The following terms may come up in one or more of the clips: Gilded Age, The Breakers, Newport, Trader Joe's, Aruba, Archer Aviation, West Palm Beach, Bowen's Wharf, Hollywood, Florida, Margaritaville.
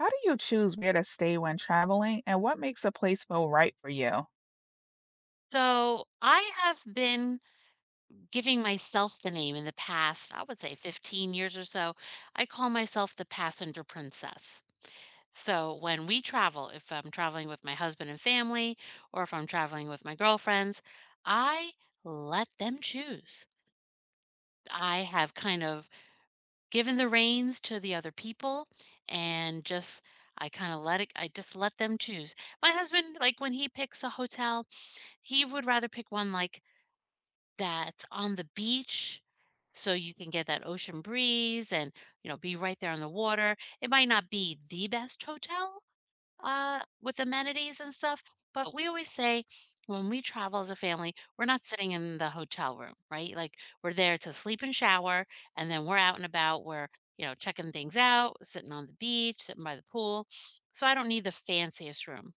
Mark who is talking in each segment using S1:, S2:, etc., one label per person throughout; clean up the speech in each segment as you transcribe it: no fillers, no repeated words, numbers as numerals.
S1: How do you choose where to stay when traveling, and what makes a place feel right for you?
S2: So I have been giving myself the name in the past, I would say 15 years or so. I call myself the passenger princess. So when we travel, if I'm traveling with my husband and family, or if I'm traveling with my girlfriends, I let them choose. I have kind of given the reins to the other people, and just I kind of let it, I just let them choose. My husband, like when he picks a hotel, he would rather pick one like that's on the beach, so you can get that ocean breeze and, you know, be right there on the water. It might not be the best hotel, with amenities and stuff. But we always say when we travel as a family, we're not sitting in the hotel room, right? Like we're there to sleep and shower, and then we're out and about. We're, you know, checking things out, sitting on the beach, sitting by the pool. So I don't need the fanciest room.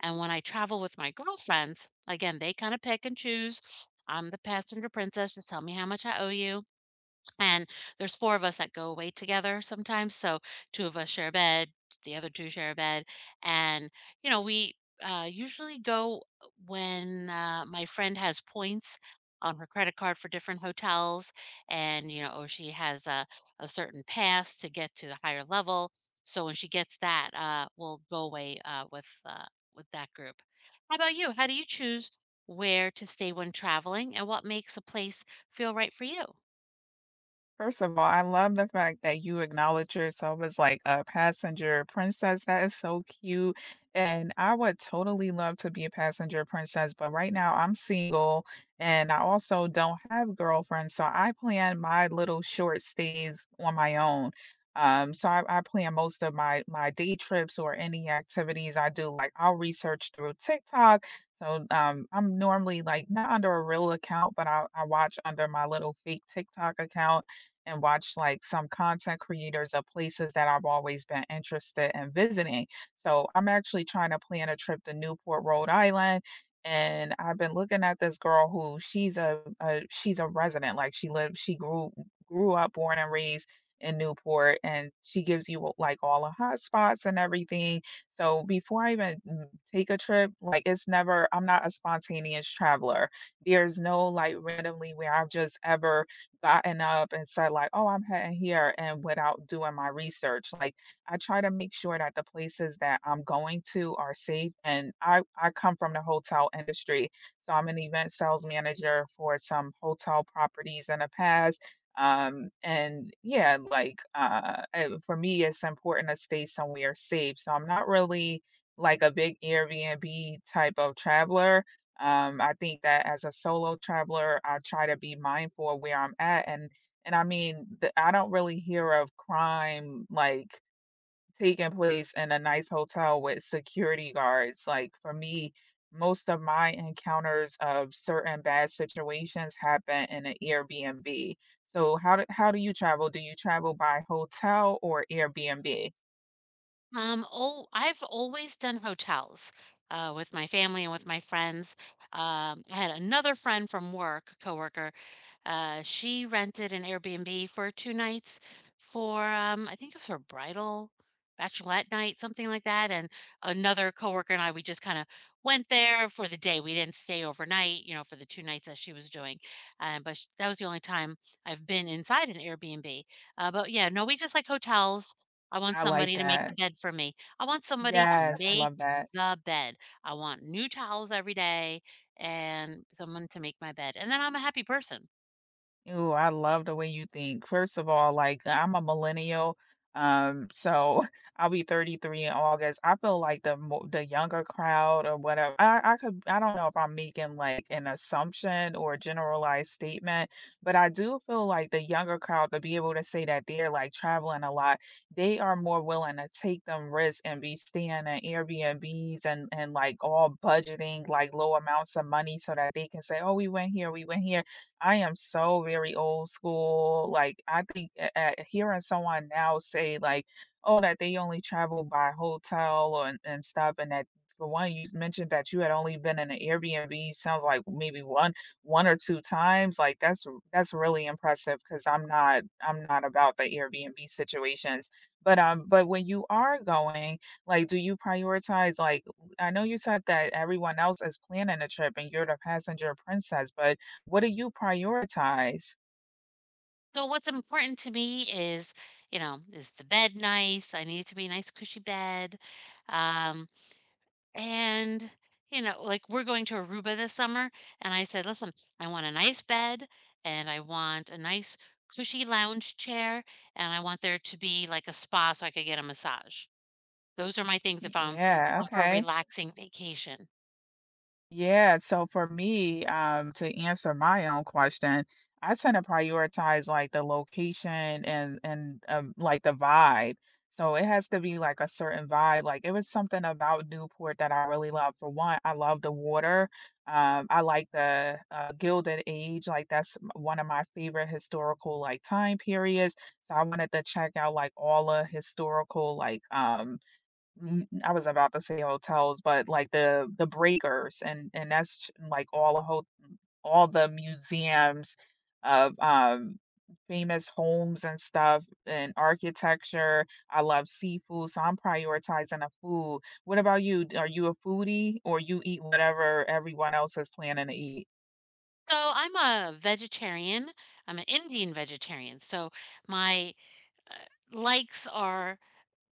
S2: And when I travel with my girlfriends, again, they kind of pick and choose. I'm the passenger princess. Just tell me how much I owe you. And there's 4 of us that go away together sometimes, so 2 of us share a bed, the other 2 share a bed, and, you know, we, usually go when, my friend has points on her credit card for different hotels and, you know, or she has a certain pass to get to the higher level, so when she gets that, we'll go away, with with that group. How about you? How do you choose where to stay when traveling, and what makes a place feel right for you?
S1: First of all, I love the fact that you acknowledge yourself as like a passenger princess. That is so cute. And I would totally love to be a passenger princess, but right now I'm single and I also don't have girlfriends. So I plan my little short stays on my own. So I plan most of my day trips or any activities I do. Like I'll research through TikTok. So I'm normally like not under a real account, but I watch under my little fake TikTok account and watched like some content creators of places that I've always been interested in visiting. So I'm actually trying to plan a trip to Newport, Rhode Island. And I've been looking at this girl who she's a resident. Like she grew up, born and raised in Newport, and she gives you like all the hot spots and everything. So before I even take a trip, like it's never, I'm not a spontaneous traveler. There's no like randomly where I've just ever gotten up and said like, "Oh, I'm heading here," and without doing my research. Like, I try to make sure that the places that I'm going to are safe, and I come from the hotel industry, so I'm an event sales manager for some hotel properties in the past. And yeah, for me, it's important to stay somewhere safe. So I'm not really like a big Airbnb type of traveler. I think that as a solo traveler, I try to be mindful of where I'm at, and I mean, I don't really hear of crime like taking place in a nice hotel with security guards. Like for me, most of my encounters of certain bad situations happen in an Airbnb. So how do you travel? Do you travel by hotel or Airbnb?
S2: Oh, I've always done hotels with my family and with my friends. I had another friend from work, coworker, she rented an Airbnb for two nights for, I think it was her bridal bachelorette night, something like that. And another coworker and I, we just kind of went there for the day. We didn't stay overnight, you know, for the two nights that she was doing. But that was the only time I've been inside an Airbnb. But yeah, no, we just like hotels. I want
S1: I like
S2: somebody to make the
S1: that.
S2: bed for me. I want somebody to
S1: Yes, I
S2: make
S1: love that.
S2: the bed. I want new towels every day and someone to make my bed. And then I'm a happy person.
S1: Ooh, I love the way you think. First of all, like I'm a millennial, so I'll be 33 in August. I feel like the younger crowd or whatever. I don't know if I'm making like an assumption or a generalized statement, but I do feel like the younger crowd to be able to say that they're like traveling a lot, they are more willing to take them risks and be staying in Airbnbs and like all budgeting like low amounts of money so that they can say, oh, we went here, we went here. I am so very old school. Like, I think hearing someone now say, like, oh, that they only travel by hotel and stuff, and that for one, mentioned that you had only been in an Airbnb, sounds like maybe one or two times. Like, that's really impressive because I'm not about the Airbnb situations. But when you are going, like, do you prioritize like I know you said that everyone else is planning a trip and you're the passenger princess, but what do you prioritize?
S2: So what's important to me is, you know, is the bed nice? I need it to be a nice cushy bed. Um, and you know, like we're going to Aruba this summer and I said, "Listen, I want a nice bed and I want a nice cushy lounge chair and I want there to be like a spa so I could get a massage." Those are my things if I'm
S1: Yeah,
S2: going for a
S1: okay.
S2: relaxing vacation.
S1: Yeah, so for me, to answer my own question, I tend to prioritize, like, the location and like, the vibe. So it has to be, like, a certain vibe, like, it was something about Newport that I really love. For one, I love the water. I like the Gilded Age, like, that's m one of my favorite historical, like, time periods, so I wanted to check out, like, all the historical, like, I was about to say hotels, but, like, the breakers and that's like, all the museums of, famous homes and stuff and architecture. I love seafood, so I'm prioritizing the food. What about you? D Are you a foodie or you eat whatever everyone else is planning to eat?
S2: So I'm a vegetarian. I'm an Indian vegetarian. So my uh, likes are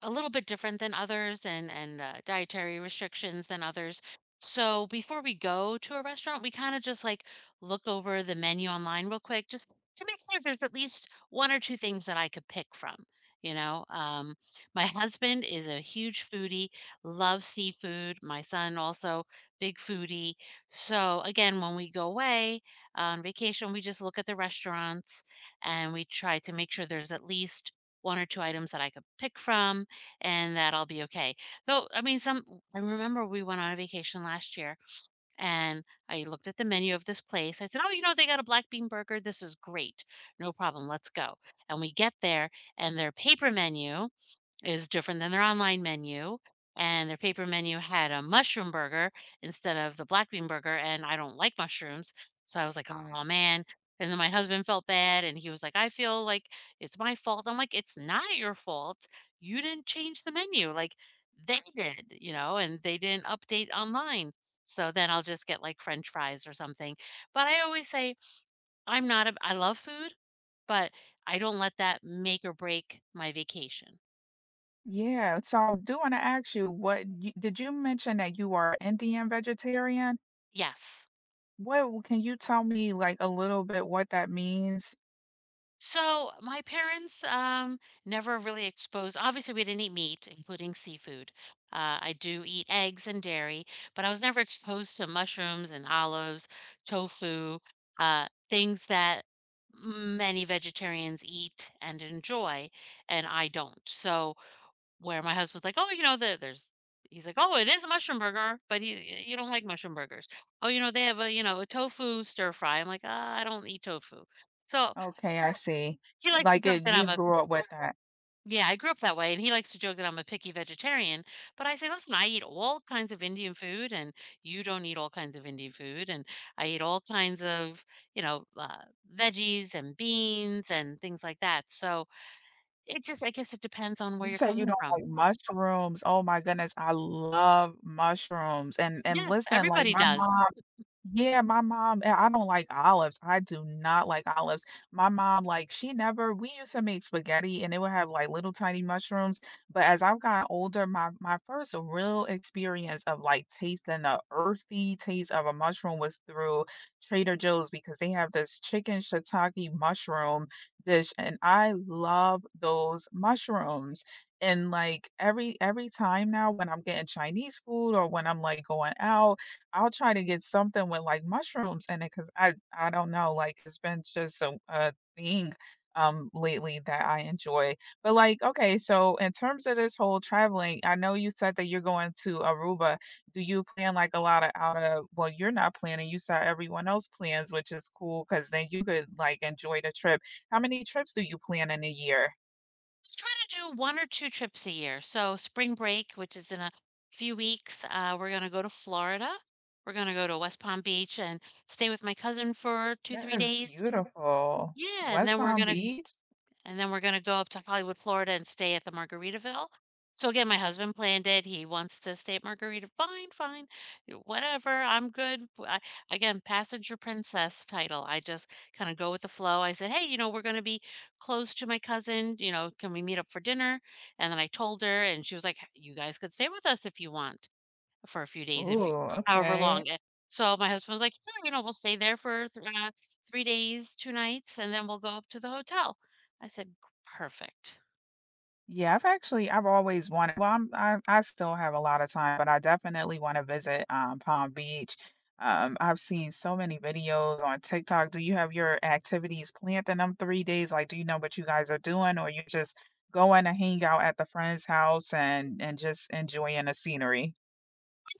S2: a little bit different than others, and dietary restrictions than others. So before we go to a restaurant, we kind of just like look over the menu online real quick just to make sure there's at least one or two things that I could pick from. You know, my husband is a huge foodie, loves seafood. My son also big foodie. So again, when we go away on vacation, we just look at the restaurants and we try to make sure there's at least one or two items that I could pick from and that I'll be okay. So, I mean, some I remember we went on a vacation last year and I looked at the menu of this place. I said, "Oh, you know, they got a black bean burger. This is great. No problem. Let's go." And we get there and their paper menu is different than their online menu, and their paper menu had a mushroom burger instead of the black bean burger, and I don't like mushrooms, so I was like, "Oh man," and then my husband felt bad, and he was like, "I feel like it's my fault." I'm like, "It's not your fault. You didn't change the menu, like, they did, you know, and they didn't update online." So then I'll just get, like, french fries or something, but I always say I'm not a I love food, but I don't let that make or break my vacation.
S1: Yeah, so I do wanna ask you, what you did you mention that you are Indian vegetarian?
S2: Yes.
S1: What can you tell me, like, a little bit what that means?
S2: So my parents never really exposed. Obviously, we didn't eat meat, including seafood. I do eat eggs and dairy, but I was never exposed to mushrooms and olives, tofu, things that many vegetarians eat and enjoy, and I don't. So where my husband's like, oh, you know, the, there's. He's like, oh, it is a mushroom burger, but he, you don't like mushroom burgers. Oh, you know, they have a, you know, a tofu stir fry. I'm like, ah, I don't eat tofu. So
S1: Okay, I see.
S2: he likes to joke that
S1: You
S2: I'm a
S1: grew up with that.
S2: yeah, I grew up that way, and he likes to joke that I'm a picky vegetarian, but I say, "Listen, I eat all kinds of Indian food, and you don't eat all kinds of Indian food, and I eat all kinds of, you know, veggies and beans and things like that." So it just I guess it depends on where
S1: You
S2: you're
S1: said you
S2: coming
S1: don't
S2: from.
S1: like mushrooms. Oh my goodness, I love mushrooms. And
S2: Yes,
S1: listen, like
S2: everybody
S1: my
S2: does.
S1: mom. Yeah, my mom and I don't like olives. I do not like olives. My mom, like, she never we used to make spaghetti and it would have like little tiny mushrooms. But as I've gotten older, my first real experience of like tasting the earthy taste of a mushroom was through Trader Joe's because they have this chicken shiitake mushroom dish and I love those mushrooms. And like every time now when I'm getting Chinese food or when I'm like going out, I'll try to get something with, like, mushrooms in it because I don't know, like, it's been just a thing, lately that I enjoy. But, like, okay, so in terms of this whole traveling, I know you said that you're going to Aruba. Do you plan, like, a lot of out of well, you're not planning, you saw everyone else plans, which is cool because then you could, like, enjoy the trip. How many trips do you plan in a year?
S2: I try to do 1 or 2 trips a year. So spring break, which is in a few weeks, we're gonna go to Florida. We're gonna go to West Palm Beach and stay with my cousin for 2,
S1: That
S2: 3
S1: is
S2: days.
S1: beautiful.
S2: Yeah, and
S1: West
S2: then we're
S1: Palm
S2: gonna
S1: Beach?
S2: and then we're gonna go up to Hollywood, Florida and stay at the Margaritaville. So again, my husband planned it. He wants to stay at Margarita. Fine, fine, whatever. I'm good. I, again, passenger princess title. I just kind of go with the flow. I said, hey, you know, we're gonna be close to my cousin. You know, can we meet up for dinner? And then I told her, and she was like, you guys could stay with us if you want for a few days, if you
S1: Ooh,
S2: or however
S1: okay.
S2: long, eh so my husband was like, "Sure, you know, we'll stay there for th 3 days, 2 nights, and then we'll go up to the hotel." I said, "Perfect."
S1: Yeah, I've actually I've always wanted well, I still have a lot of time, but I definitely wanna visit, Palm Beach. I've seen so many videos on TikTok. Do you have your activities planned in them 3 days? Like, do you know what you guys are doing, or you're just going to hang out at the friend's house and just enjoying the scenery?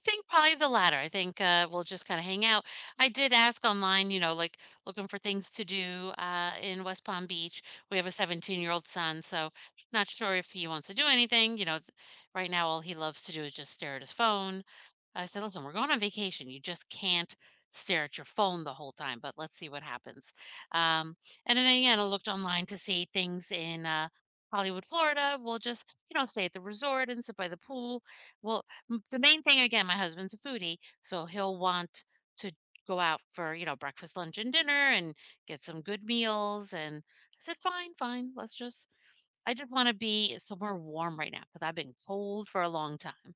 S2: Think probably the latter. I think, we'll just kinda hang out. I did ask online, you know, like, looking for things to do, in West Palm Beach. We have a 17-year-old-year-old son, so not sure if he wants to do anything, you know, th right now, all he loves to do is just stare at his phone. I said, "Listen, we're going on vacation. You just can't stare at your phone the whole time, but let's see what happens." Um, and then again, I looked online to see things in, Hollywood, Florida. We'll just, you know, stay at the resort and sit by the pool. Well, the main thing again, my husband's a foodie, so he'll want to go out for, you know, breakfast, lunch, and dinner and get some good meals. And I said, fine, fine, let's just, I just want to be somewhere warm right now because I've been cold for a long time.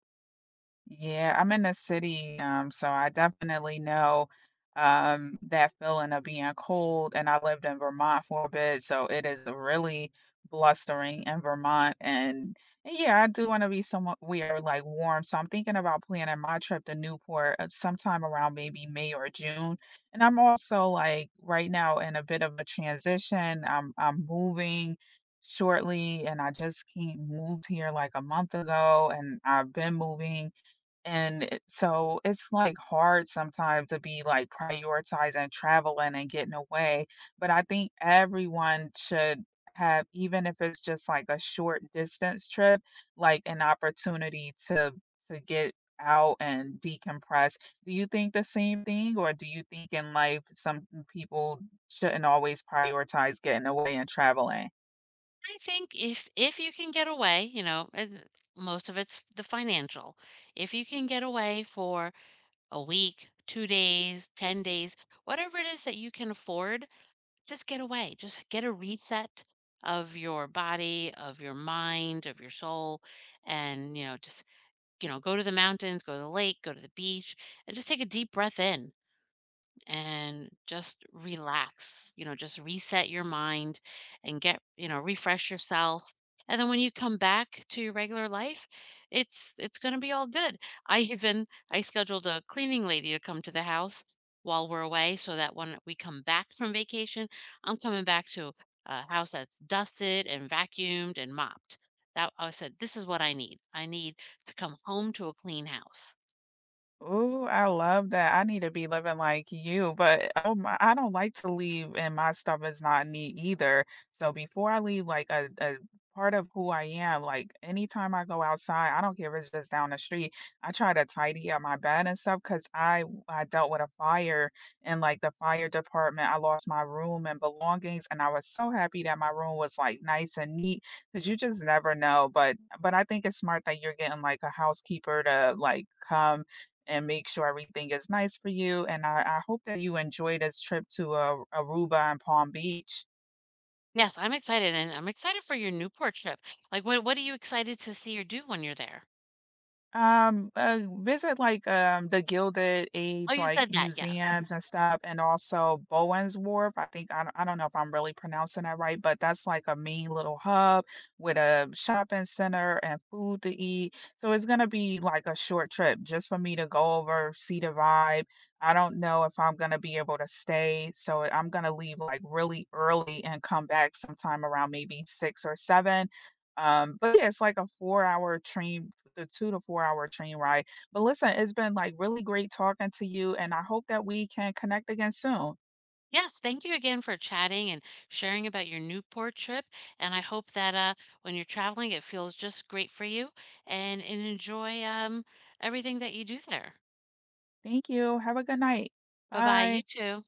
S1: Yeah, I'm in the city, so I definitely know that feeling of being cold. And I lived in Vermont for a bit, so it is really blustering in Vermont. And yeah, I do want to be somewhat weird, like warm. So I'm thinking about planning my trip to Newport sometime around maybe May or June. And I'm also like right now in a bit of a transition. I'm moving shortly, and I just came moved here like a month ago, and I've been moving and it so it's, like, hard sometimes to be, like, prioritizing traveling and getting away, but I think everyone should have, even if it's just, like, a short distance trip, like, an opportunity to get out and decompress. Do you think the same thing, or do you think in life some people shouldn't always prioritize getting away and traveling?
S2: I think if you can get away, you know, and most of it's the financial. If you can get away for a week, 2 days, 10 days, whatever it is that you can afford, just get away. Just get a reset of your body, of your mind, of your soul, and, you know, just, you know, go to the mountains, go to the lake, go to the beach, and just take a deep breath in and just relax, you know, just reset your mind and get, you know, refresh yourself. And then when you come back to your regular life, it's going to be all good. I even I scheduled a cleaning lady to come to the house while we're away so that when we come back from vacation, I'm coming back to a house that's dusted and vacuumed and mopped. That I said this is what I need. I need to come home to a clean house.
S1: Ooh, I love that. I need to be living like you, but oh my, I don't like to leave and my stuff is not neat either. So before I leave, like a part of who I am, like anytime I go outside, I don't care if it's just down the street, I try to tidy up my bed and stuff because I dealt with a fire in like the fire department. I lost my room and belongings, and I was so happy that my room was like nice and neat because you just never know. But I think it's smart that you're getting like a housekeeper to like come and make sure everything is nice for you. And I hope that you enjoy this trip to Aruba and Palm Beach.
S2: Yes, I'm excited, and I'm excited for your Newport trip. Like, what are you excited to see or do when you're there?
S1: Visit like the Gilded
S2: Oh,
S1: Age
S2: you
S1: like
S2: said that, yes.
S1: museums and stuff, and also Bowen's Wharf. I don't know if I'm really pronouncing that right, but that's like a mean little hub with a shopping center and food to eat. So it's gonna be like a short trip just for me to go over, see the vibe. I don't know if I'm gonna be able to stay, so I'm gonna leave like really early and come back sometime around maybe six or seven, but yeah, it's like a four-hour train the 2 to 4-hour train ride. But listen, it's been, like, really great talking to you, and I hope that we can connect again soon.
S2: Yes, thank you again for chatting and sharing about your Newport trip, and I hope that when you're traveling, it feels just great for you, and enjoy everything that you do there.
S1: Thank you. Have a good night.
S2: Bye bye, you
S1: Bye.
S2: too.